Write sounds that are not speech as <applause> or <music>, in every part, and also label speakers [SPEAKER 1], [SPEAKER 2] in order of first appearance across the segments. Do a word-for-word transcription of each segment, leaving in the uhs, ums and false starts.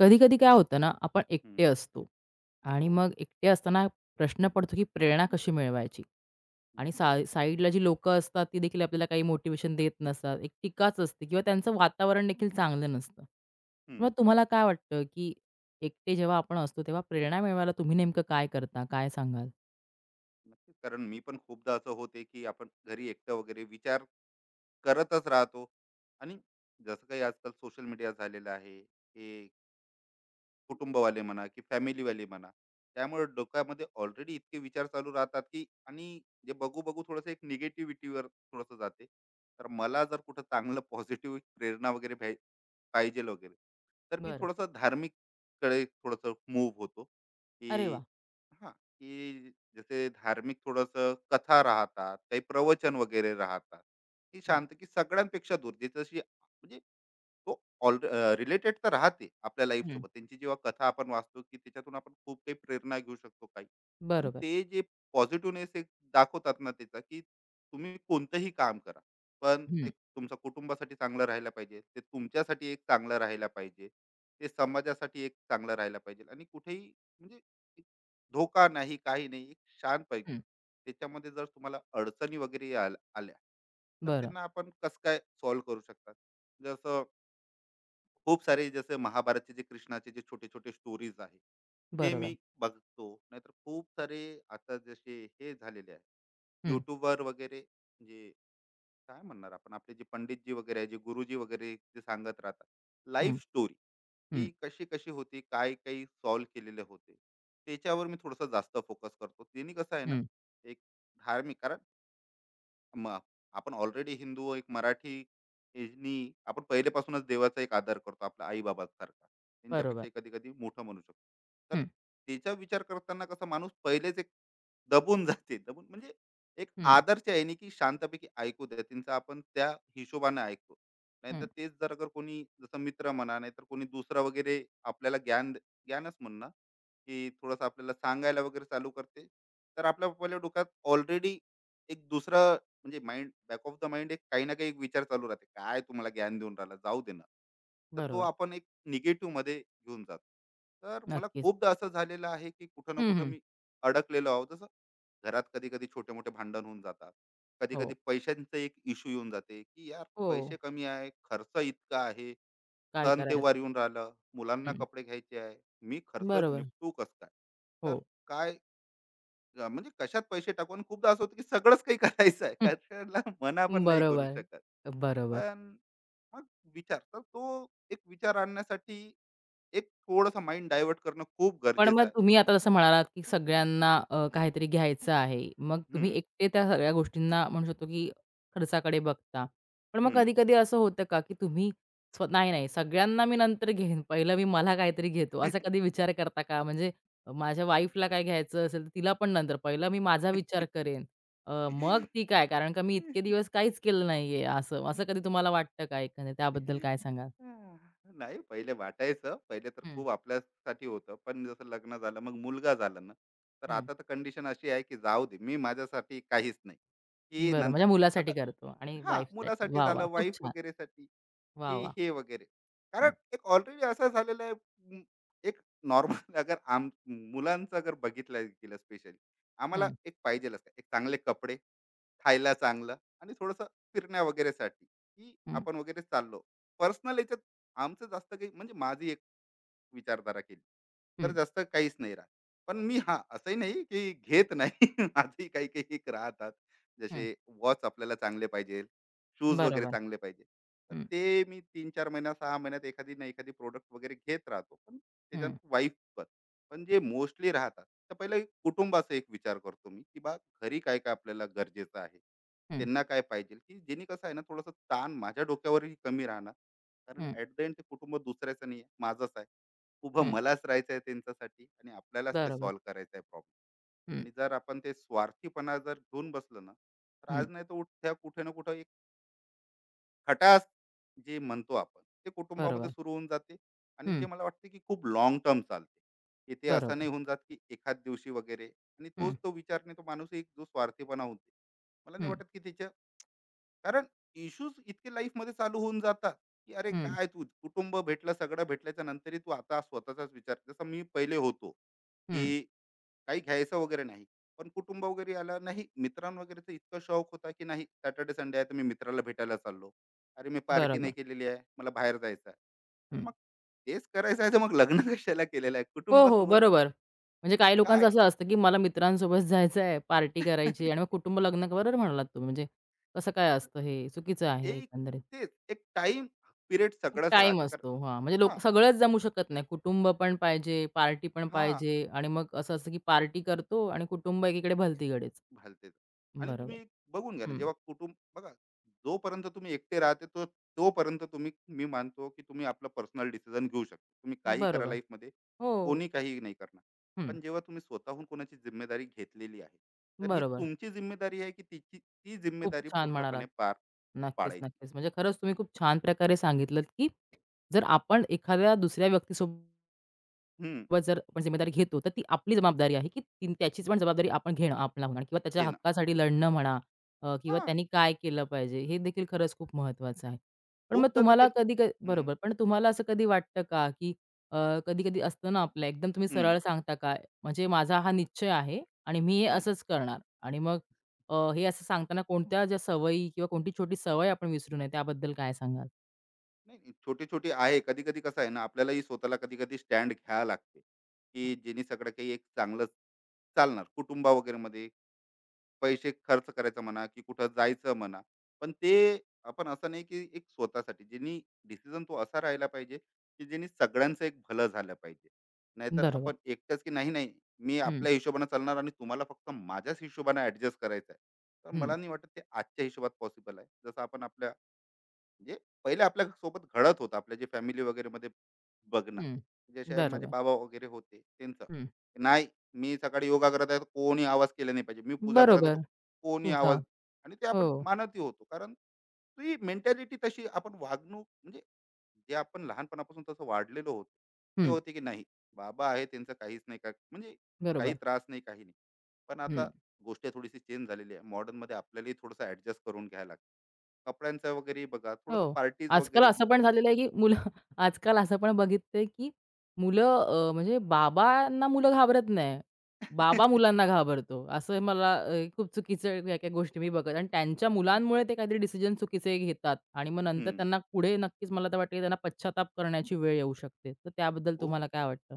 [SPEAKER 1] कधी-कधी काय होतं ना, आपण एकटे
[SPEAKER 2] हं,
[SPEAKER 1] असतो आणि
[SPEAKER 2] हो.
[SPEAKER 1] मग एकटे असताना प्रश्न पडतो, की प्रेरणा कशी मिळवायची?
[SPEAKER 2] हं,
[SPEAKER 1] आणि सा साईडला जी लोकं असतात, ती देखील आपल्याला काही मोटिवेशन देत नसतात. एक टीकाच असते किंवा त्यांचं वातावरण देखील चांगलं नसतं.
[SPEAKER 2] हं.
[SPEAKER 1] मग तुम्हाला काय वाटतं, की एकटे जेव्हा आपण असतो, तेव्हा प्रेरणा मिळवायला तुम्ही नेमकं काय करता? काय सांगाल?
[SPEAKER 2] नक्कीच. कारण मी पण खूपदा असं होते, की आपण घरी एकटं वगैरे विचार करतच राहतो आणि जसं काही आजकाल सोशल मीडिया झालेलं आहे, हे कुटुंबवाले म्हणा की फॅमिलीवाले म्हणा, त्यामुळे डोक्यामध्ये ऑलरेडी इतके विचार चालू राहतात की आणि जे बघू बघू थोडंसं एक निगेटिव्हिटीवर थोडंसं जाते. तर मला जर कुठं चांगलं <laughs> पॉझिटिव्ह प्रेरणा वगैरे भ्याय पाहिजे वगैरे, तर मी
[SPEAKER 1] बरं.
[SPEAKER 2] थोडंसं धार्मिककडे थोडंसं मूव्ह होतो की
[SPEAKER 1] अरे वाह!
[SPEAKER 2] हां, की जसे धार्मिक थोडंसं कथा राहतात, काही प्रवचन वगैरे राहतात. ही
[SPEAKER 1] हं,
[SPEAKER 2] शांत की सगळ्यांपेक्षा दूर जे जशी म्हणजे तो ऑल रिलेटेड तर राहते आपल्या लाईफ
[SPEAKER 1] हं.
[SPEAKER 2] सोबत. त्यांची जेव्हा कथा आपण वाचतो, की त्याच्यातून आपण खूप काही प्रेरणा घेऊ शकतो काही. पण
[SPEAKER 1] बरोबर.
[SPEAKER 2] ते जे पॉझिटिव्हनेस एक दाखवतात ना त्याचा, की तुम्ही कोणतंही काम करा, पण
[SPEAKER 1] हं,
[SPEAKER 2] ते तुमच्या कुटुंबासाठी चांगलं राहायला पाहिजे, ते तुमच्यासाठी एक चांगलं राहायला पाहिजे, ते समाजासाठी एक चांगलं राहायला पाहिजे आणि कुठेही म्हणजे एक धोका नाही, काही नाही, एक शांतपैकी.
[SPEAKER 1] हं.
[SPEAKER 2] त्याच्यामध्ये जर तुम्हाला अडचणी वगैरे आल- आल्या, तर
[SPEAKER 1] बरं.
[SPEAKER 2] त्यांना आपण कसं काय सॉल्व्ह करू शकतात. जसं खूप सारे जसे महाभारतचे जे कृष्णाचे जे छोटे छोटे स्टोरीज आहे, ते
[SPEAKER 1] बरोबर.
[SPEAKER 2] मी बघतो. नाहीतर खूप सारे आता जसे हे झालेले आहे
[SPEAKER 1] हं,
[SPEAKER 2] युट्यूबवर वगैरे, जे काय म्हणणार, आपण आपले जे पंडितजी वगैरे आहे, जे गुरुजी वगैरे जे सांगत राहतात
[SPEAKER 1] हं,
[SPEAKER 2] लाईफ स्टोरी,
[SPEAKER 1] हं,
[SPEAKER 2] की कशी कशी होती, काय काही सॉल्व्ह केलेले होते. त्याच्यावर मी थोडंसं जास्त फोकस करतो. त्यांनी कसं आहे ना,
[SPEAKER 1] हं.
[SPEAKER 2] एक धार्मिक कारण मग आपण ऑलरेडी हिंदू, एक मराठी, नी आपण पहिलेपासूनच देवाचा एक आदर करतो आपल्या आई बाबासारखा.
[SPEAKER 1] बरोबर.
[SPEAKER 2] त्यांच्यापेक्षा कधी कधी मोठं म्हणू शकतो. तर
[SPEAKER 1] हं,
[SPEAKER 2] त्याचा विचार करताना कसा माणूस पहिलेच एक दबून <laughs> जाते. दबून म्हणजे एक
[SPEAKER 1] हं,
[SPEAKER 2] आदरच्या आहे की शांतपैकी ऐकू द्या त्यांचा, आपण त्या हिशोबाने ऐकतो.
[SPEAKER 1] हं.
[SPEAKER 2] नाहीतर तेच जर अगर कोणी जसं मित्र म्हणा, नाहीतर कोणी दुसरा वगैरे आपल्याला ज्ञान, ज्ञानच म्हणणं की थोडंसं आपल्याला सांगायला वगैरे चालू करते, तर आपल्या पहिल्या डोक्यात ऑलरेडी एक दुसरा म्हणजे mind, back of the mind एक काही ना काही एक विचार चालू राहते, काय तुम्हाला ज्ञान देऊन राहिला जाऊ दे ना. तर तो
[SPEAKER 1] बरोबर.
[SPEAKER 2] आपण एक निगेटिव्ह मध्ये घेऊन जातो. तर मला
[SPEAKER 1] नक्कीच.
[SPEAKER 2] खूपदा असं झालेलं आहे, की कुठं ना
[SPEAKER 1] हं,
[SPEAKER 2] कुठं
[SPEAKER 1] हं.
[SPEAKER 2] मी अडकलेलो आहोत. जसं घरात कधी कधी छोटे मोठे भांडण होऊन जातात, कधी कधी
[SPEAKER 1] हो,
[SPEAKER 2] पैशांचा एक इश्यू येऊन जाते, की यार
[SPEAKER 1] हो.
[SPEAKER 2] पैसे कमी आहे, खर्च इतका आहे,
[SPEAKER 1] काय
[SPEAKER 2] सण
[SPEAKER 1] करायचं?
[SPEAKER 2] तेव्हार येऊन राहिलं, मुलांना
[SPEAKER 1] हं.
[SPEAKER 2] कपडे घ्यायचे आहे. मी खर्च
[SPEAKER 1] बरोबर.
[SPEAKER 2] निपटू कस काय, तर
[SPEAKER 1] हो.
[SPEAKER 2] काय अ, म्हणजे कशात पैसे टाकू. आणि खूपदा असं होतं की सगळंच काही करायचं आहे,
[SPEAKER 1] हं,
[SPEAKER 2] कशाला मना पण नाही करू
[SPEAKER 1] बरोबर,
[SPEAKER 2] शकत.
[SPEAKER 1] बरोबर.
[SPEAKER 2] पण मग विचार, तर तो एक विचार आणण्यासाठी एक थोडंसं माइंड डायव्हर्ट करणं खूप
[SPEAKER 1] पण
[SPEAKER 2] गरजेचं
[SPEAKER 1] मग
[SPEAKER 2] आहे.
[SPEAKER 1] तुम्ही आता जसं म्हणालात, की सगळ्यांना अ, काहीतरी घ्यायचं आहे. मग तुम्ही
[SPEAKER 2] हम्म,
[SPEAKER 1] एकटे त्या सगळ्या गोष्टींना म्हणू शकतो, की खर्चाकडे बघता. पण मग
[SPEAKER 2] हम्म.
[SPEAKER 1] कधी-कधी असं होतं का, की तुम्ही स्व नाही, नाही सगळ्यांना मी नंतर घेईन, पहिलं मी मला काहीतरी घेतो, असा कधी विचार करता का? म्हणजे अ, माझ्या वाईफला काय घ्यायचं असेल, तर तिला पण नंतर पहिलं मी माझा विचार करेन. अ, मग ती काय, कारण का मी इतके दिवस काहीच केलं नाहीये असं, असं कधी तुम्हाला वाटतं का एकंदरीत त्याबद्दल काय सांगाल?
[SPEAKER 2] हा, <laughs> नाही, पहिले वाटायचं, पहिले तर
[SPEAKER 1] हं,
[SPEAKER 2] खूप आपल्यासाठी होतं. पण जसं लग्न झालं, मग मुलगा झाला ना, तर
[SPEAKER 1] हं.
[SPEAKER 2] आता तर कंडिशन अशी आहे की जाऊ दे, मी माझ्यासाठी काहीच नाही. की
[SPEAKER 1] बरं,
[SPEAKER 2] नंतर
[SPEAKER 1] माझ्या मुलासाठी
[SPEAKER 2] आता
[SPEAKER 1] करतो आणि
[SPEAKER 2] हां,
[SPEAKER 1] वाईफसाठी.
[SPEAKER 2] मुलासाठी
[SPEAKER 1] वाह!
[SPEAKER 2] झालं,
[SPEAKER 1] वाह! खूप
[SPEAKER 2] वाईफ
[SPEAKER 1] छान.
[SPEAKER 2] वगैरेसाठी,
[SPEAKER 1] वाह,
[SPEAKER 2] की
[SPEAKER 1] वाह!
[SPEAKER 2] हे वगैरे. कारण
[SPEAKER 1] हं,
[SPEAKER 2] एक ऑलरेडी असं झालेलं आहे, म एक नॉर्मल <laughs> अगर आम मुलांचं अगर बघितलं गेलं स्पेशली, आम्हाला
[SPEAKER 1] हं,
[SPEAKER 2] एक पाहिजेलच आहे. एक चांगले कपडे, खायला चांगलं आणि थोडंसं फिरण्या वगैरेसाठी, की
[SPEAKER 1] हं,
[SPEAKER 2] आपण वगैरे चाललो. पर्सनल याच्यात आमचं जास्त काही म्हणजे माझी एक विचारधारा केली, तर
[SPEAKER 1] हं,
[SPEAKER 2] जास्त काहीच नाही राहत. पण मी, हा, असंही नाही की घेत नाही <laughs> माझंही काही काही एक राहतात.
[SPEAKER 1] हं.
[SPEAKER 2] जसे वॉच आपल्याला चांगले पाहिजे, शूज वगैरे
[SPEAKER 1] बरोबर.
[SPEAKER 2] चांगले पाहिजे. तर
[SPEAKER 1] हं,
[SPEAKER 2] ते मी तीन चार महिना, सहा महिन्यात एखादी ना एखादी प्रोडक्ट वगैरे घेत राहतो. पण त्याच्यात
[SPEAKER 1] हं,
[SPEAKER 2] वाईफ, पण पण जे मोस्टली राहतात, तर पहिले कुटुंबाचा एक विचार करतो मी, की बा घरी काय काय आपल्याला गरजेचं आहे,
[SPEAKER 1] हं,
[SPEAKER 2] त्यांना काय पाहिजे, की जेणे कसं आहे ना, थोडंसं ताण माझ्या डोक्यावरही कमी राहणार. कारण
[SPEAKER 1] हं,
[SPEAKER 2] ऍट द एंड ते कुटुंब दुसऱ्याचं नाही आहे, माझंच आहे. उभं
[SPEAKER 1] हं.
[SPEAKER 2] मलाच राहायचं आहे त्यांच्यासाठी आणि आपल्यालाच ते
[SPEAKER 1] बरोबर.
[SPEAKER 2] सॉल्व्ह करायचं आहे प्रॉब्लेम.
[SPEAKER 1] हं,
[SPEAKER 2] आणि जर आपण ते स्वार्थीपणा जर घेऊन बसलो ना, तर
[SPEAKER 1] हं.
[SPEAKER 2] आज नाही तर उठ्या कुठे ना कुठं एक खटास जे म्हणतो आपण, ते कुटुंबामध्ये
[SPEAKER 1] बरोबर.
[SPEAKER 2] सुरू होऊन जाते. आणि
[SPEAKER 1] हं,
[SPEAKER 2] जे मला वाटते की खूप लॉंग टर्म चालते, की ते असं
[SPEAKER 1] बरोबर.
[SPEAKER 2] नाही होऊन जात की एखाद दिवशी वगैरे. आणि
[SPEAKER 1] हं,
[SPEAKER 2] तोच तो विचार नाही, तो माणूस एक जो स्वार्थीपणा होते, मला नाही
[SPEAKER 1] हं,
[SPEAKER 2] वाटत की त्याच्या, कारण इश्यूज इतके लाईफ मध्ये चालू होऊन जातात, की अरे
[SPEAKER 1] हं,
[SPEAKER 2] काय, तू कुटुंब भेटलं, सगळं भेटल्याच्या नंतरही तू आता स्वतःचाच विचार, जसं मी पहिले होतो की
[SPEAKER 1] हं.
[SPEAKER 2] काही घ्यायचं वगैरे नाही. पण कुटुंब वगैरे आलं नाही, मित्रां वगैरेचं इतका शौक होता की नाही, सॅटर्डे संडे आहे तर मी मित्राला भेटायला चाललो, अरे मी पार्टी
[SPEAKER 1] बरोबर.
[SPEAKER 2] नाही केलेली आहे, मला बाहेर जायचं आहे. अरे
[SPEAKER 1] हं.
[SPEAKER 2] मग तेच करायचं आहे, तर मग लग्न <laughs> कशाला केलेलं आहे
[SPEAKER 1] हो, हो.
[SPEAKER 2] कुटुंबासोबत?
[SPEAKER 1] बरोबर. म्हणजे काही लोकांचं
[SPEAKER 2] काय
[SPEAKER 1] असं असतं, की मला मित्रांसोबत <laughs> जायचं आहे, पार्टी करायची आणि मग
[SPEAKER 2] <laughs>
[SPEAKER 1] कुटुंब लग्न बरोबर म्हणालात तुम्ही. म्हणजे कसं काय असतं हे चुकीचं आहे
[SPEAKER 2] एक
[SPEAKER 1] एकंदरीत.
[SPEAKER 2] तेच एक टाइम पिरियड
[SPEAKER 1] एक
[SPEAKER 2] सगळंच
[SPEAKER 1] टाईम
[SPEAKER 2] राहते कारण.
[SPEAKER 1] असतो. हां, म्हणजे लोक
[SPEAKER 2] हा,
[SPEAKER 1] सगळेच जमू शकत नाही. कुटुंब पण पाहिजे, पार्टी पण
[SPEAKER 2] हा,
[SPEAKER 1] पाहिजे आणि मग असं असतं, की पार्टी करतो आणि कुटुंब एकीकडे भलतीकडेच.
[SPEAKER 2] घालतेच. आणि
[SPEAKER 1] बरोबर.
[SPEAKER 2] तुम्ही बघून घ्या ना,
[SPEAKER 1] हं,
[SPEAKER 2] जेव्हा कुटुंब बघा, जोपर्यंत तुम्ही एकटे राहते, तो तोपर्यंत तुम्ही, मी मानतो की तुम्ही आपलं पर्सनल डिसिजन घेऊ शकता, तुम्ही काही करा
[SPEAKER 1] बरोबर.
[SPEAKER 2] लाईफमध्ये,
[SPEAKER 1] हो.
[SPEAKER 2] कोणी काही नाही करणार.
[SPEAKER 1] हं,
[SPEAKER 2] पण जेव्हा तुम्ही स्वतःहून कोणाची जिम्मेदारी घेतलेली आहे, तर ही
[SPEAKER 1] बरोबर.
[SPEAKER 2] तुमची जिम्मेदारी आहे की तिची ती
[SPEAKER 1] खूप
[SPEAKER 2] जिम्मेदारी
[SPEAKER 1] छान म्हणालात.
[SPEAKER 2] पूर्णपणे पार
[SPEAKER 1] नक्कीच,
[SPEAKER 2] पाडायची.
[SPEAKER 1] नक्कीच. म्हणजे खरंच तुम्ही खूप छान प्रकारे सांगितलत, की जर आपण एखाद्या दुसऱ्या व्यक्तीसोबत
[SPEAKER 2] हम्म,
[SPEAKER 1] वर जर आपण जिम्मेदारी घेतो, तर ती आपली जबाबदारी आहे, की ती त्याचीच पण जबाबदारी आपण घेणं आपला होणार किंवा त्याच्या
[SPEAKER 2] घेणं,
[SPEAKER 1] हक्कासाठी लढणं म्हणा अ, किंवा
[SPEAKER 2] हा.
[SPEAKER 1] त्यांनी काय केलं पाहिजे, हे देखील खरंच खूप महत्त्वाचं आहे. पण मग
[SPEAKER 2] खूपदा तर ते
[SPEAKER 1] तुम्हाला कधी क
[SPEAKER 2] हम्म,
[SPEAKER 1] बरोबर. पण तुम्हाला असं कधी वाटतं का, की कधी-कधी असतं ना आपलं एकदम तुम्ही
[SPEAKER 2] हम्म,
[SPEAKER 1] सरळ सांगता का, म्हणजे माझा हा निश्चय आहे आणि मी हे
[SPEAKER 2] हम्म.
[SPEAKER 1] असंच करणार आणि मग अ, हे असं सांगताना कोणत्या ज्या सवयी किंवा कोणती छोटी सवय आपण विसरू नये, त्याबद्दल काय सांगाल?
[SPEAKER 2] नाही नाही, छोटी छोटी आहे. कधी कधी कसं आहे ना, आपल्यालाही स्वतःला कधी कधी स्टँड घ्यावं लागते,
[SPEAKER 1] हं.
[SPEAKER 2] की जेणे सगळं काही एक चांगलं चालणार कुटुंबा वगैरे मध्ये. पैसे खर्च करायचं म्हणा की कुठं जायचं म्हणा, पण ते आपण असं नाही की एक स्वतःसाठी ज्यांनी डिसिजन तो असा राहिला पाहिजे की ज्यांनी सगळ्यांचं एक भलं झालं पाहिजे. नाहीतर
[SPEAKER 1] बरोबर.
[SPEAKER 2] आपण एकटंच की, नाही नाही, मी
[SPEAKER 1] हं,
[SPEAKER 2] आपल्या हिशोबाने चालणार आणि तुम्हाला फक्त माझ्याच हिशोबाने ऍडजस्ट करायचं आहे, तर
[SPEAKER 1] हं,
[SPEAKER 2] मला नाही वाटत ते आजच्या हिशोबात पॉसिबल आहे. जसं आपण आपल्या, म्हणजे पहिले आपल्या सोबत घडत होतं आपल्या जे फॅमिली वगैरे मध्ये, बघणं
[SPEAKER 1] हं.
[SPEAKER 2] जसे माझे
[SPEAKER 1] बरोबर.
[SPEAKER 2] बाबा वगैरे होते त्यांचं,
[SPEAKER 1] हं.
[SPEAKER 2] नाही, मी सकाळी योगा करत आहे तर कोणी आवाज केला नाही पाहिजे, मी पूजा करत आहे तर
[SPEAKER 1] बरोबर.
[SPEAKER 2] कोणी आवाज.
[SPEAKER 1] सुझाव.
[SPEAKER 2] आणि ते आपण
[SPEAKER 1] हो.
[SPEAKER 2] मानतही होतो कारण, तर ही मेंटॅलिटी तशी आपण वागणूक म्हणजे जे आपण लहानपणापासून तसं वाढलेलो होतो, ते
[SPEAKER 1] हं.
[SPEAKER 2] होते की नाही बाबा आहे, त्यांचं काहीच नाही का म्हणजे, काही
[SPEAKER 1] बरोबर.
[SPEAKER 2] त्रास नाही, काही नाही. पण आता
[SPEAKER 1] हं.
[SPEAKER 2] गोष्ट थोडीशी चेंज झालेली आहे modern मध्ये, आपल्यालाही थोडंसं ऍडजस्ट करून घ्यायला लागतं. कपड्यांचं वगैरे बघा, थोडंसं
[SPEAKER 1] हो.
[SPEAKER 2] पार्टीज
[SPEAKER 1] आजकाल
[SPEAKER 2] वगैरे
[SPEAKER 1] असं पण झालेलं आहे, की मुलं <laughs> आजकाल असं पण बघितलंय, की मुलं अ, म्हणजे बाबांना मुलं घाबरत नाही. बाबा
[SPEAKER 2] <laughs>
[SPEAKER 1] मुलांना घाबरतो. असं मला अ, खूप चुकीचं काही-काही गोष्टी मी बघत आणि त्यांच्या मुलांमुळे ते काहीतरी डिसिजन चुकीचे घेतात आणि मग नंतर
[SPEAKER 2] हम्म,
[SPEAKER 1] त्यांना पुढे नक्कीच मला तर वाटतं, की त्यांना पश्चाताप करण्याची वेळ येऊ शकते. तर त्याबद्दल
[SPEAKER 2] खूप,
[SPEAKER 1] तुम्हाला काय वाटतं?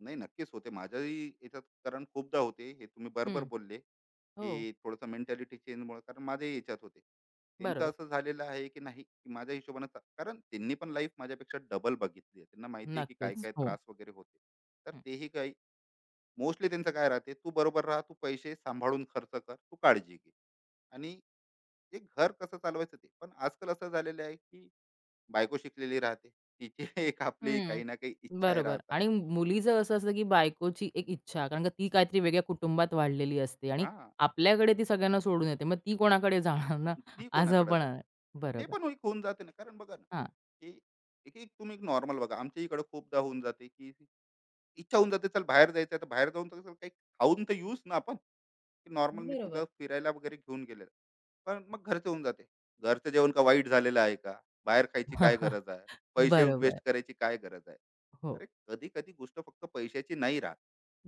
[SPEAKER 2] नाही नक्कीच होते माझ्याही याच्यात. कारण खूपदा होते हे, तुम्ही बरोबर
[SPEAKER 1] हं.
[SPEAKER 2] बोलले,
[SPEAKER 1] हो.
[SPEAKER 2] की थोडंसं मेंटॅलिटी चेंजमुळे कारण माझ्याही याच्यात होते. त्यांचं
[SPEAKER 1] बरोबर.
[SPEAKER 2] असं झालेलं आहे की नाही, की माझ्या हिशोबानं चा- कारण त्यांनी पण लाईफ माझ्यापेक्षा डबल बघितली आहे. त्यांना माहिती आहे की काय
[SPEAKER 1] नक्कीच.
[SPEAKER 2] काय
[SPEAKER 1] हो.
[SPEAKER 2] त्रास वगैरे होते, तर तेही काही मोस्टली त्यांचं काय राहते, तू बरोबर राहा, तू पैसे सांभाळून खर्च कर, तू काळजी घे. आणि जे घर कसं चालवायचं, ते पण आजकाल असं झालेलं आहे की बायको शिकलेली राहते, तिचे <laughs> एक आपली
[SPEAKER 1] हं,
[SPEAKER 2] काही ना काही इच्छा
[SPEAKER 1] बरोबर
[SPEAKER 2] राहतात.
[SPEAKER 1] आणि मुलीचं असं असतं, की बायकोची एक इच्छा कारण का ती काहीतरी वेगळ्या कुटुंबात वाढलेली असते आणि
[SPEAKER 2] हा,
[SPEAKER 1] आपल्याकडे ती सगळ्यांना सोडून येते. मग ती कोणाकडे जाणार ना?
[SPEAKER 2] ती
[SPEAKER 1] असं
[SPEAKER 2] कोणाकडे
[SPEAKER 1] पण
[SPEAKER 2] जा,
[SPEAKER 1] आहे.
[SPEAKER 2] ते
[SPEAKER 1] बरोबर.
[SPEAKER 2] पण एक होऊन जाते ना. कारण बघा ना,
[SPEAKER 1] हां.
[SPEAKER 2] की एक एक तुम्ही नॉर्मल बघा आमच्या इकडे, खूपदा होऊन जाते की इच्छा होऊन जाते, चल बाहेर जायचं आहे तर बाहेर जाऊन तर चल काही खाऊन तर येऊच ना आपण, की नॉर्मल मी
[SPEAKER 1] बरोबर.
[SPEAKER 2] तुला फिरायला वगैरे घेऊन गेलेलं. पण मग घरचं होऊन जाते. घरचं जेवण का वाईट झालेलं आहे का? बाहेर खायची काय
[SPEAKER 1] <laughs>
[SPEAKER 2] गरज आहे? पैसे वेस्ट
[SPEAKER 1] बरोबर.
[SPEAKER 2] करायची काय गरज आहे?
[SPEAKER 1] हो,
[SPEAKER 2] अरे कधी-कधी गोष्ट फक्त पैशाची नाही राहत.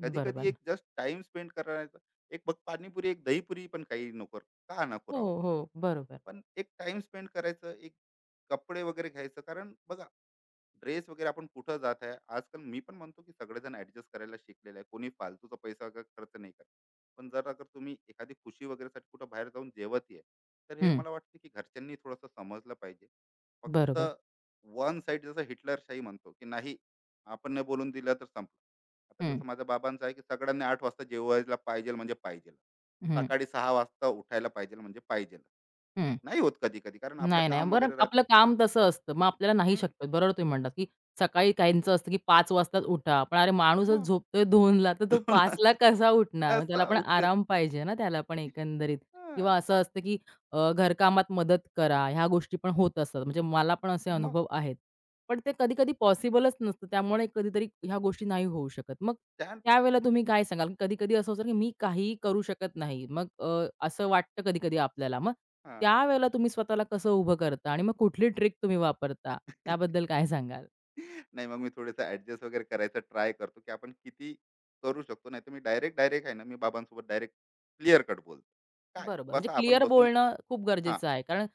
[SPEAKER 2] कधी-कधी
[SPEAKER 1] बरोबर.
[SPEAKER 2] एक जस्ट टाईम स्पेंड करायचा. एक बघ पाणीपुरी, एक दहीपुरी, पण काही नको का? नको
[SPEAKER 1] हो,
[SPEAKER 2] राहू? दे,
[SPEAKER 1] हो, बरोबर.
[SPEAKER 2] पण एक टाईम स्पेंड करायचं, एक कपडे वगैरे घ्यायचं. कारण बघा, ड्रेस वगैरे आपण कुठं जात आहे आजकाल. मी पण म्हणतो की सगळेजण ऍडजस्ट करायला शिकलेले आहे, कोणी फालतूचा पैसा वगैरे खर्च नाही करत. पण जर अगर तुम्ही एखादी खुशी वगैरेसाठी कुठं बाहेर जाऊन जेवत आहे, तर हे
[SPEAKER 1] हं,
[SPEAKER 2] मला वाटतं की घरच्यांनी थोडंसं समजलं पाहिजे. फक्त
[SPEAKER 1] बरोबर.
[SPEAKER 2] वन साईड जसं हिटलरशाही म्हणतो की नाही, आपण नाही बोलून दिलं तर संपलं. आता
[SPEAKER 1] हं,
[SPEAKER 2] जसं माझ्या बाबांचं आहे, की सगळ्यांनी आठ वाजता जेवायला पाहिजे म्हणजे पाहिजे,
[SPEAKER 1] हं,
[SPEAKER 2] सकाळी सहा वाजता उठायला पाहिजे म्हणजे पाहिजे.
[SPEAKER 1] हं.
[SPEAKER 2] नाही होत कधी कधी, कारण आपलं
[SPEAKER 1] नाही, नाही.
[SPEAKER 2] काम
[SPEAKER 1] बरं
[SPEAKER 2] वगैरे राहत.
[SPEAKER 1] आपलं काम तसं असतं. मग आपल्याला नाही
[SPEAKER 2] हम्म,
[SPEAKER 1] शक्यत. बरोबर तुम्ही म्हणलात, की सकाळी काहींचं असतं, की पाच वाजताच उठा. पण अरे माणूसच झोपतोय दोनला, तर तो
[SPEAKER 2] हा
[SPEAKER 1] पाचला
[SPEAKER 2] <laughs>
[SPEAKER 1] कसा उठणार? मग त्याला
[SPEAKER 2] कसं
[SPEAKER 1] पण
[SPEAKER 2] उठेन?
[SPEAKER 1] आराम पाहिजे ना, त्याला पण एकंदरीत.
[SPEAKER 2] हां.
[SPEAKER 1] किंवा असं असतं, की अ, घरकामात मदत करा, ह्या गोष्टी पण होत असतात. म्हणजे मला पण असे
[SPEAKER 2] मग
[SPEAKER 1] अनुभव आहेत. पण ते कधी-कधी पॉसिबलच नसतं. त्यामुळे कधीतरी ह्या गोष्टी नाही होऊ शकत. मग
[SPEAKER 2] त्या,
[SPEAKER 1] त्यावेळेला तुम्ही काय सांगाल? कधी-कधी असं होतं, की मी काहीही करू शकत नाही. मग अ, असं वाटतं कधी-कधी आपल्याला. मग
[SPEAKER 2] हां.
[SPEAKER 1] त्यावेळेला तुम्ही स्वतःला कसं उभं करता आणि मग कुठली ट्रिक तुम्ही वापरता?
[SPEAKER 2] <laughs>
[SPEAKER 1] त्याबद्दल काय सांगाल?
[SPEAKER 2] नाही, मग मी थोडंसं ॲडजस्ट वगैरे करायचा ट्राय करतो, की आपण किती करू शकतो. नाहीतर मी डायरेक्ट, डायरेक्ट आहे ना, मी बाबांसोबत डायरेक्ट क्लिअर कट बोलतो. "काय?
[SPEAKER 1] बरोबर. म्हणजे
[SPEAKER 2] बसा, आपण
[SPEAKER 1] क्लिअर
[SPEAKER 2] बसून."
[SPEAKER 1] बोलणं खूप
[SPEAKER 2] हां.
[SPEAKER 1] गरजेचं आहे. कारण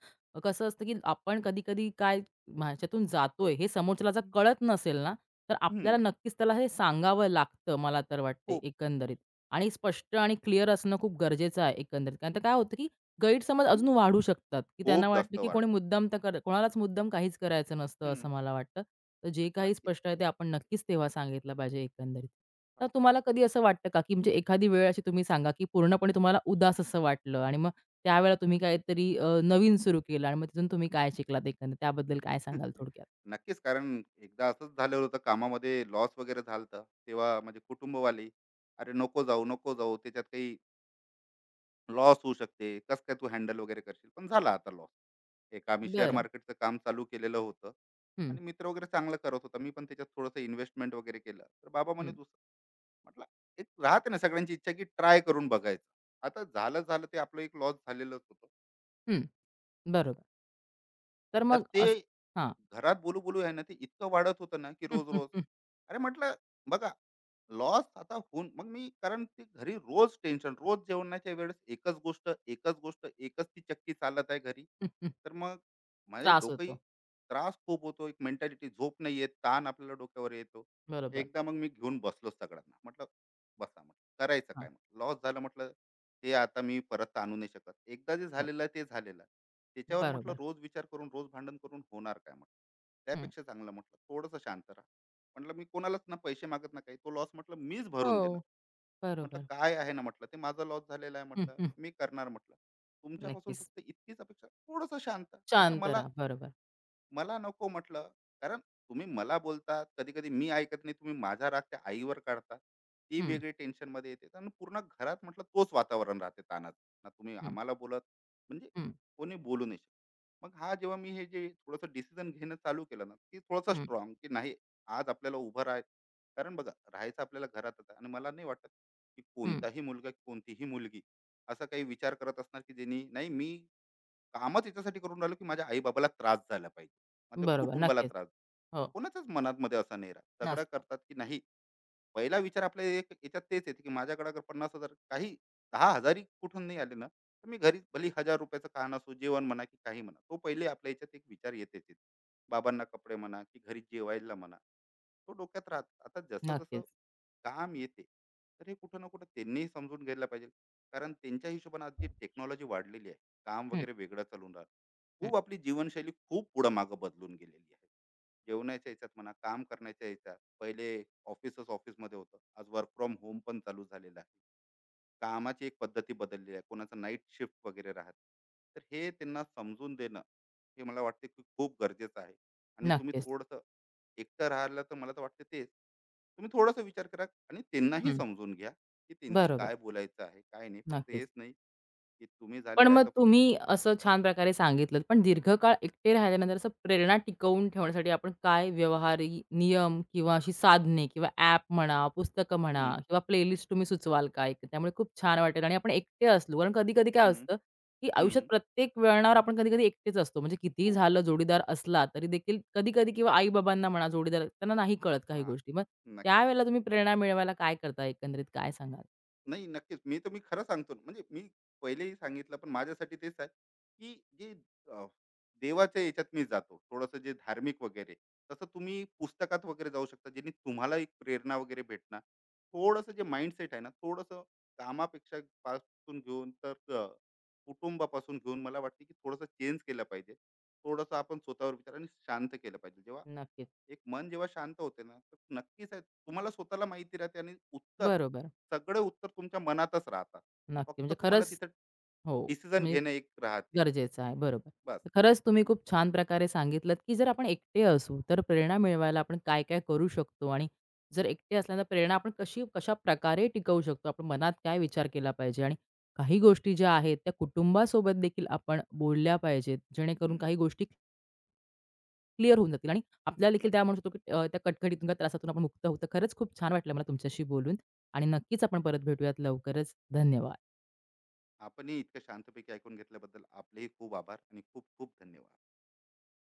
[SPEAKER 1] कसं असतं, की आपण कधी-कधी काय ह्याच्यातून जातोय हे समोरच्याला जर कळत नसेल ना, तर आपल्याला
[SPEAKER 2] "हं,
[SPEAKER 1] नक्कीच त्याला हे सांगावं लागतं मला तर वाटते
[SPEAKER 2] खूप,
[SPEAKER 1] एकंदरीत. आणि स्पष्ट आणि क्लिअर असणं खूप गरजेचं आहे एकंदरीत. कारण तर काय होतं, की गैरसमज
[SPEAKER 2] हं,
[SPEAKER 1] अजून वाढू शकतात, की त्यांना
[SPEAKER 2] खूप
[SPEAKER 1] वाटतं,
[SPEAKER 2] जास्त
[SPEAKER 1] की कोणी
[SPEAKER 2] वाढतो."
[SPEAKER 1] मुद्दाम तर कर कोणालाच मुद्दाम काहीच करायचं नसतं
[SPEAKER 2] "हं,
[SPEAKER 1] असं मला वाटतं. तर जे काही
[SPEAKER 2] नक्कीच."
[SPEAKER 1] स्पष्ट आहे ते आपण नक्कीच तेव्हा सांगितलं पाहिजे एकंदरीत. तर
[SPEAKER 2] हां.
[SPEAKER 1] तुम्हाला कधी असं वाटतं का, की म्हणजे एखादी वेळ अशी तुम्ही सांगा, की पूर्णपणे तुम्हाला उदास असं वाटलं आणि मग त्यावेळेला तुम्ही काहीतरी अ, नवीन सुरू केलं आणि मग तिथून तुम्ही काय शिकलात एकंदरीत त्याबद्दल काय सांगाल
[SPEAKER 2] <laughs>
[SPEAKER 1] थोडक्यात?
[SPEAKER 2] नक्कीच, कारण एकदा असंच झालेलं होतं, कामामध्ये लॉस वगैरे झालं. तेव्हा माझे कुटुंबवाले, "अरे नको जाऊ, नको जाऊ. त्याच्यात काही लॉस होऊ शकते. कसं काय तू हँडल वगैरे करशील?" पण झाला आता लॉस. एक आम्ही शेअर
[SPEAKER 1] बरं.
[SPEAKER 2] मार्केटचं काम चालू केलेलं होतं
[SPEAKER 1] हं,
[SPEAKER 2] आणि मित्र वगैरे चांगलं करत होता. मी पण त्याच्यात थोडंसं इन्व्हेस्टमेंट वगैरे केलं. तर बाबा म्हणे
[SPEAKER 1] हं,
[SPEAKER 2] दुसरं, म्हटलं एक राहते ना सगळ्यांची इच्छा की ट्राय करून बघायचं. आता झालं-झालं ते आपलं एक लॉस झालेलंच होतं.
[SPEAKER 1] हं. बरोबर. तर
[SPEAKER 2] तर
[SPEAKER 1] मग
[SPEAKER 2] ते
[SPEAKER 1] असं हां.
[SPEAKER 2] घरात बोलू-बोलू आहे ना, ते इतकं वाढत होतं ना की रोज-रोज.
[SPEAKER 1] <laughs>
[SPEAKER 2] अरे म्हटलं बघा, लॉस आता होऊन मग मी, कारण ते घरी रोज टेन्शन, रोज जेवणाच्या वेळेस एकच गोष्ट, एकच गोष्ट, एकच ती चक्की चालत आहे घरी. तर मग माझे
[SPEAKER 1] त्रास
[SPEAKER 2] डोकंही
[SPEAKER 1] होतो.
[SPEAKER 2] त्रास खूप होतो, एक मेंटॅलिटी, झोप नाही येत, ताण आपल्याला डोक्यावर येतो.
[SPEAKER 1] बरोबर.
[SPEAKER 2] एकदा मग मी घेऊन बसलो सगळ्यांना, म्हटलं बसा, म्हटलं करायचं
[SPEAKER 1] हां.
[SPEAKER 2] काय, म्हटलं लॉस झालं, म्हटलं ते आता मी परत आणू नाही शकत. एकदा जे
[SPEAKER 1] हो.
[SPEAKER 2] झालेलं आहे ते झालेलं आहे, त्याच्यावर म्हटलं
[SPEAKER 1] बरोबर.
[SPEAKER 2] रोज विचार करून रोज भांडण करून होणार काय, म्हटलं
[SPEAKER 1] हं.
[SPEAKER 2] त्यापेक्षा चांगलं, म्हटलं थोडंसं शांत राहा. म्हटलं मी कोणालाच ना पैसे मागत ना काही, तो लॉस म्हटलं मीच भरून
[SPEAKER 1] हो.
[SPEAKER 2] देणार. म्हटलं
[SPEAKER 1] बरोबर.
[SPEAKER 2] काय आहे ना, म्हटलं ते माझा लॉस झालेला आहे,
[SPEAKER 1] हं,
[SPEAKER 2] म्हटलं
[SPEAKER 1] हं.
[SPEAKER 2] मी करणार. म्हटलं तुमच्यापासून
[SPEAKER 1] नक्कीच.
[SPEAKER 2] फक्त इतकीच अपेक्षा, थोडंसं शांत, म्हटलं
[SPEAKER 1] शांत
[SPEAKER 2] मला.
[SPEAKER 1] राहा. बरोबर.
[SPEAKER 2] मला नको, म्हटलं, कारण तुम्ही मला बोलता, कधी कधी मी ऐकत नाही, तुम्ही माझा राग त्या आईवर काढता, ती
[SPEAKER 1] हं,
[SPEAKER 2] वेगळी टेन्शन मध्ये येते आणि पूर्ण घरात म्हटलं तोच वातावरण राहते तानात. ना तुम्ही
[SPEAKER 1] हं,
[SPEAKER 2] आम्हाला बोलत, म्हणजे
[SPEAKER 1] हं,
[SPEAKER 2] कोणी बोलू नाही शकत. मग हा जेव्हा मी हे जे थोडंसं डिसिजन घेणं चालू केलं ना, की थोडंसं
[SPEAKER 1] हं,
[SPEAKER 2] स्ट्रॉंग की नाही, आज आपल्याला उभं राहाय, कारण बघा, राहायचं आपल्याला घरातच आहे. आणि मला नाही वाटत की
[SPEAKER 1] हं.
[SPEAKER 2] कोणताही मुलगा, कोणतीही मुलगी असा काही विचार करत असणार की ज्यांनी, नाही, मी कामच याच्यासाठी करून राहिलो की माझ्या आई बाबाला त्रास झाला पाहिजे, माझ्या
[SPEAKER 1] बरोबर.
[SPEAKER 2] कुटुंबाला
[SPEAKER 1] नक्कीच.
[SPEAKER 2] त्रास.
[SPEAKER 1] हो.
[SPEAKER 2] कोणाच्याच मनात मध्ये असं नाही राहत, सगळं
[SPEAKER 1] नसतं.
[SPEAKER 2] करतात की नाही, पहिला विचार आपल्या एक याच्यात तेच येते की माझ्याकडे अगर पन्नास हजार काही 10,000ही कुठून नाही आले ना, तर मी घरी भले ₹एक हजार चं खाणं असो, जेवण म्हणा की काही म्हणा, तो पहिले आपल्या याच्यात एक विचार येतेच येते. बाबांना कपडे म्हणा की घरी जेवायला म्हणा, तो डोक्यात राहतो. आता जसं-जसं
[SPEAKER 1] नक्कीच.
[SPEAKER 2] काम येते, तर हे कुठं ना कुठं त्यांनीही समजून घ्यायला पाहिजे. कारण त्यांच्या हिशोबाने आज जी टेक्नॉलॉजी वाढलेली आहे, काम
[SPEAKER 1] हं,
[SPEAKER 2] वगैरे वेगळं चालून राहिलं.
[SPEAKER 1] हं.
[SPEAKER 2] खूप आपली जीवनशैली खूप पुढं मागं बदलून गेलेली आहे. जेवणाच्या ह्याच्यात म्हणा, काम करण्याच्या ह्याच्यात. पहिले ऑफिसच ऑफिसमध्ये होतं, आज वर्क फ्रॉम होम पण चालू झालेलं आहे. कामाची एक पद्धती बदलली आहे, कोणाचं नाईट शिफ्ट वगैरे राहते. तर हे त्यांना समजून देणं, हे मला वाटते की खूप गरजेचं आहे. आणि तुम्ही
[SPEAKER 1] नक्कीच.
[SPEAKER 2] थोडंसं एकटं राहिलं, तर मला तर वाटतं तेच तुम्ही थोडासा विचार करा आणि त्यांनाही
[SPEAKER 1] हं.
[SPEAKER 2] समजून घ्या, की त्यांची
[SPEAKER 1] बरोबर.
[SPEAKER 2] काय बोलायचं आहे काय नाही, फक्त
[SPEAKER 1] नक्कीच.
[SPEAKER 2] हेच नाही की तुम्ही
[SPEAKER 1] पण
[SPEAKER 2] झालेलं आहे
[SPEAKER 1] मग
[SPEAKER 2] तर फक्त.
[SPEAKER 1] तुम्ही असं छान प्रकारे सांगितलत, पण दीर्घकाळ एकटे राहिल्यानंतर असं प्रेरणा टिकवून ठेवण्यासाठी आपण काय व्यवहारी नियम किंवा अशी साधने किंवा ॲप म्हणा, पुस्तकं म्हणा
[SPEAKER 2] हं,
[SPEAKER 1] किंवा प्लेलिस्ट तुम्ही सुचवाल का? एक त्यामुळे खूप छान वाटेल आणि आपण एकटे असलो कारण कधी-कधी काय
[SPEAKER 2] हं,
[SPEAKER 1] असतं, की
[SPEAKER 2] हं,
[SPEAKER 1] आयुष्यात
[SPEAKER 2] हं.
[SPEAKER 1] प्रत्येक वळणावर आपण कधी-कधी एकटेच असतो. म्हणजे कितीही
[SPEAKER 2] हो,
[SPEAKER 1] झालं जोडीदार असला तरी देखील कधी-कधी किंवा आई-बाबांना म्हणा जोडीदार त्यांना नाही कळत काही
[SPEAKER 2] हां,
[SPEAKER 1] गोष्टी. मग
[SPEAKER 2] नक्कीच.
[SPEAKER 1] त्यावेळेला तुम्ही प्रेरणा मिळवायला काय करता एकंदरीत काय सांगाल?
[SPEAKER 2] नाही, नक्कीच. मी तर, मी खरं सांगतो ना, म्हणजे मी पहिलेही सांगितलं, पण माझ्यासाठी तेच आहे, की जे अ, देवाच्या याच्यात मी जातो, थोडंसं जे धार्मिक वगैरे. तसं तुम्ही पुस्तकात वगैरे जाऊ शकता, ज्यांनी तुम्हाला एक प्रेरणा वगैरे भेटणार. थोडंसं जे माइंडसेट आहे ना, थोडंसं कामापेक्षा पासून घेऊन तर अ, कुटुंबापासून घेऊन मला वाटते, की थोडंसं चेंज केलं पाहिजे. थोडंसं आपण स्वतःवर विचार आणि शांत केलं पाहिजे. जेव्हा
[SPEAKER 1] नक्कीच.
[SPEAKER 2] एक मन जेव्हा शांत होते ना, तर नक्कीच आहे तुम्हाला स्वतःला माहिती राहते आणि उत्तर,
[SPEAKER 1] बरोबर.
[SPEAKER 2] सगळे उत्तर तुमच्या मनातच राहतात.
[SPEAKER 1] नक्की.
[SPEAKER 2] फक्त
[SPEAKER 1] म्हणजे
[SPEAKER 2] तुम्हाला
[SPEAKER 1] खरंच
[SPEAKER 2] तिथं
[SPEAKER 1] हो,
[SPEAKER 2] डिसिजन
[SPEAKER 1] म्हणजे
[SPEAKER 2] घेणं एक राहते,
[SPEAKER 1] गरजेचं आहे. बरोबर.
[SPEAKER 2] बस.
[SPEAKER 1] तर खरंच तुम्ही खूप छान प्रकारे सांगितलत, की जर आपण एकटे असू, तर प्रेरणा मिळवायला आपण काय-काय करू शकतो आणि जर एकटे असल्यानं प्रेरणा आपण कशी कशाप्रकारे टिकवू शकतो? आपण मनात काय विचार केला पाहिजे? आणि काही गोष्टी ज्या आहेत, त्या कुटुंबासोबत देखील आपण बोलल्या पाहिजेत, जेणेकरून
[SPEAKER 2] हं,
[SPEAKER 1] काही गोष्टी क्लिअर होऊन जातील आणि आपल्याला देखील त्या
[SPEAKER 2] नक्कीच.
[SPEAKER 1] म्हणू शकतो, की अ, त्या कटकटीतून, त्या त्रासातून आपण मुक्त होतो. खरंच खूप छान वाटलं मला तुमच्याशी बोलून आणि नक्कीच आपण परत भेटूयात लवकरच. धन्यवाद.
[SPEAKER 2] आपणही इतकं शांतपैकी ऐकून घेतल्याबद्दल आपलेही खूप आभार आणि खूप खूप धन्यवाद.